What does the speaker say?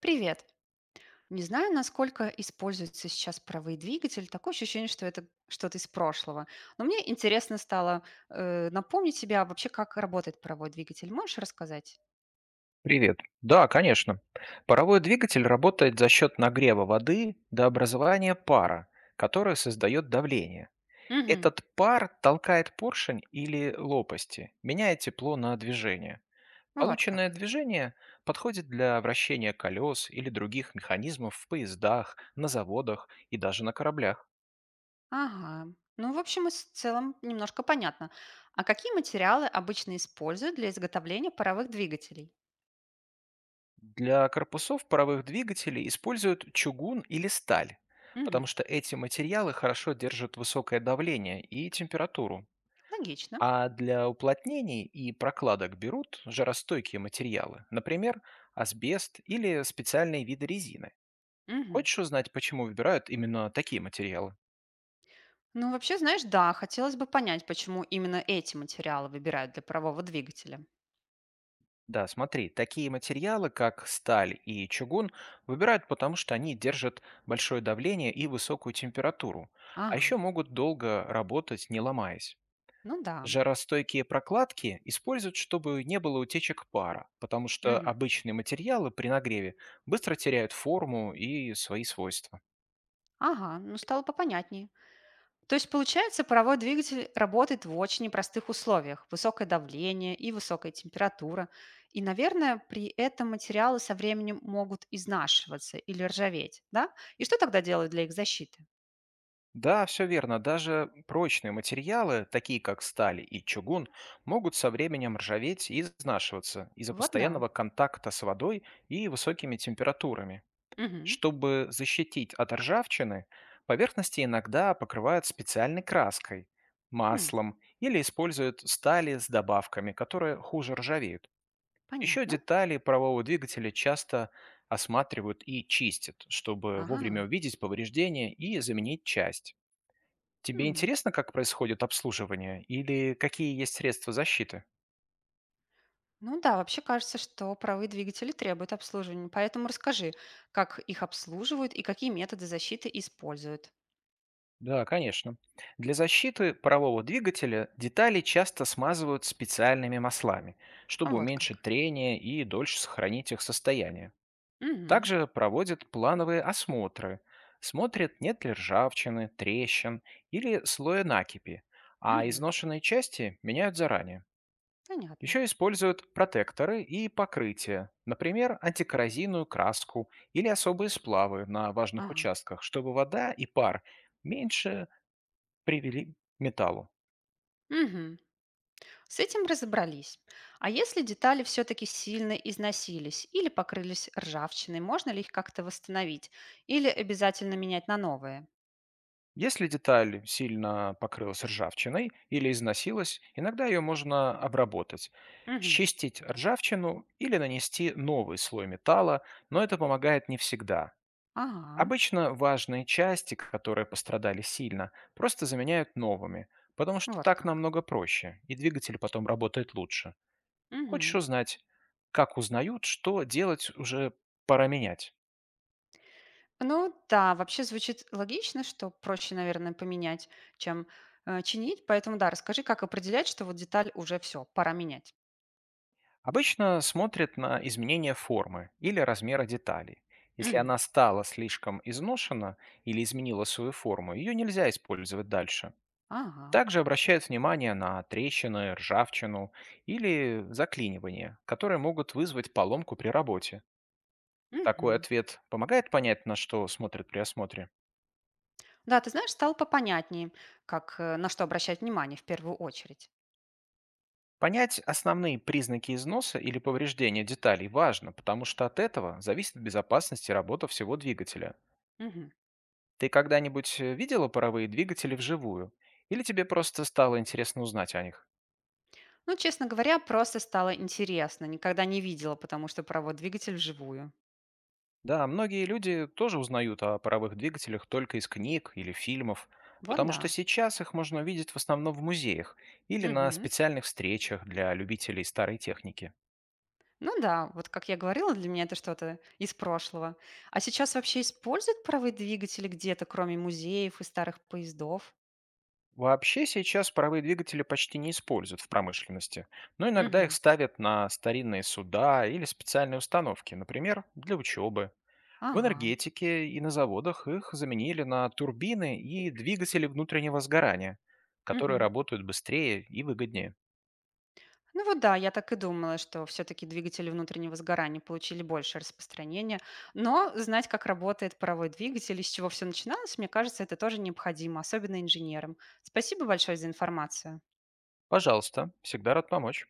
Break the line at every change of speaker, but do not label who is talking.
Привет. Не знаю, насколько используется сейчас паровой двигатель. Такое ощущение, что это что-то из прошлого. Но мне интересно стало напомнить себе, а вообще, как работает паровой двигатель. Можешь рассказать?
Привет. Да, конечно. Паровой двигатель работает за счет нагрева воды до образования пара, который создает давление.
Угу.
Этот пар толкает поршень или лопасти, меняя тепло на движение.
Вот
Полученное
как.
движение подходит для вращения колес или других механизмов в поездах, на заводах и даже на кораблях.
Ага. Ну, в общем, в целом немножко понятно. А какие материалы обычно используют для изготовления паровых двигателей?
Для корпусов паровых двигателей используют чугун или сталь, потому
Угу.
что эти материалы хорошо держат высокое давление и температуру.
Логично.
А для уплотнений и прокладок берут жаростойкие материалы, например, асбест или специальные виды резины.
Угу.
Хочешь узнать, почему выбирают именно такие материалы?
Ну, вообще, знаешь, да, хотелось бы понять, почему именно эти материалы выбирают для парового двигателя.
Да, смотри, такие материалы, как сталь и чугун, выбирают потому, что они держат большое давление и высокую температуру, а
Ага.
еще могут долго работать, не ломаясь.
Ну да.
Жаростойкие прокладки используют, чтобы не было утечек пара, потому что
Мгм.
обычные материалы при нагреве быстро теряют форму и свои свойства.
Ага, ну стало попонятнее. То есть, получается, паровой двигатель работает в очень непростых условиях. Высокое давление и высокая температура. И, наверное, при этом материалы со временем могут изнашиваться или ржаветь, да? И что тогда делают для их защиты?
Да, все верно. Даже прочные материалы, такие как сталь и чугун, могут со временем ржаветь и изнашиваться из-за
Вот да.
постоянного контакта с водой и высокими температурами.
Мгм.
Чтобы защитить от ржавчины, поверхности иногда покрывают специальной краской,
Хм,
маслом или используют стали с добавками, которые хуже ржавеют. Еще
понятно.
детали парового двигателя часто осматривают и чистят, чтобы вовремя
Ага.
увидеть повреждения и заменить часть. Тебе
М.
интересно, как происходит обслуживание или какие есть средства защиты?
Ну да, вообще кажется, что паровые двигатели требуют обслуживания. Поэтому расскажи, как их обслуживают и какие методы защиты используют.
Да, конечно. Для защиты парового двигателя детали часто смазывают специальными маслами,
А,
чтобы
вот как.
уменьшить трение и дольше сохранить их состояние. Также проводят плановые осмотры. Смотрят, нет ли ржавчины, трещин или слоя накипи, а
Мгм.
изношенные части меняют заранее.
Понятно.
Еще используют протекторы и покрытия, например, антикоррозийную краску или особые сплавы на важных
Ага.
участках, чтобы вода и пар меньше привели к металлу.
Мгм. С этим разобрались. А если детали все-таки сильно износились или покрылись ржавчиной, можно ли их как-то восстановить или обязательно менять на новые?
Если деталь сильно покрылась ржавчиной или износилась, иногда ее можно обработать,
Мгм.
счистить ржавчину или нанести новый слой металла, но это помогает не всегда.
Ага,
Обычно важные части, которые пострадали сильно, просто заменяют новыми, потому что
вот
так
как.
намного проще, и двигатель потом работает лучше. Хочешь
Мгм.
узнать, как узнают, что делать уже пора менять?
Ну да, вообще звучит логично, что проще, наверное, поменять, чем чинить. Поэтому да, расскажи, как определять, что вот деталь уже все, пора менять.
Обычно смотрят на изменение формы или размера детали. Если
Мгм.
она стала слишком изношена или изменила свою форму, ее нельзя использовать дальше.
Ага.
Также обращают внимание на трещины, ржавчину или заклинивание, которые могут вызвать поломку при работе. Такой
Мгм.
ответ помогает понять, на что смотрят при осмотре.
Да, ты знаешь, стало попонятнее, как, на что обращать внимание в первую очередь.
Понять основные признаки износа или повреждения деталей важно, потому что от этого зависит безопасность и работа всего двигателя.
Мгм.
Ты когда-нибудь видела паровые двигатели вживую? Или тебе просто стало интересно узнать о них?
Ну, честно говоря, просто стало интересно. Никогда не видела, потому что провод двигатель вживую.
Да, многие люди тоже узнают о паровых двигателях только из книг или фильмов,
Вот
потому что
да.
сейчас их можно увидеть в основном в музеях или на
Мгм.
специальных встречах для любителей старой техники.
Ну да, вот как я говорила, для меня это что-то из прошлого. А сейчас вообще используют паровые двигатели где-то, кроме музеев и старых поездов?
Вообще сейчас паровые двигатели почти не используют в промышленности, но иногда их
Мгм.
ставят на старинные суда или специальные установки, например, для учебы. В
Ага.
энергетике и на заводах их заменили на турбины и двигатели внутреннего сгорания, которые
Мгм.
работают быстрее и выгоднее.
Ну вот да, я так и думала, что все-таки двигатели внутреннего сгорания получили большее распространение. Но знать, как работает паровой двигатель и с чего все начиналось, мне кажется, это тоже необходимо, особенно инженерам. Спасибо большое за информацию.
Пожалуйста, всегда рад помочь.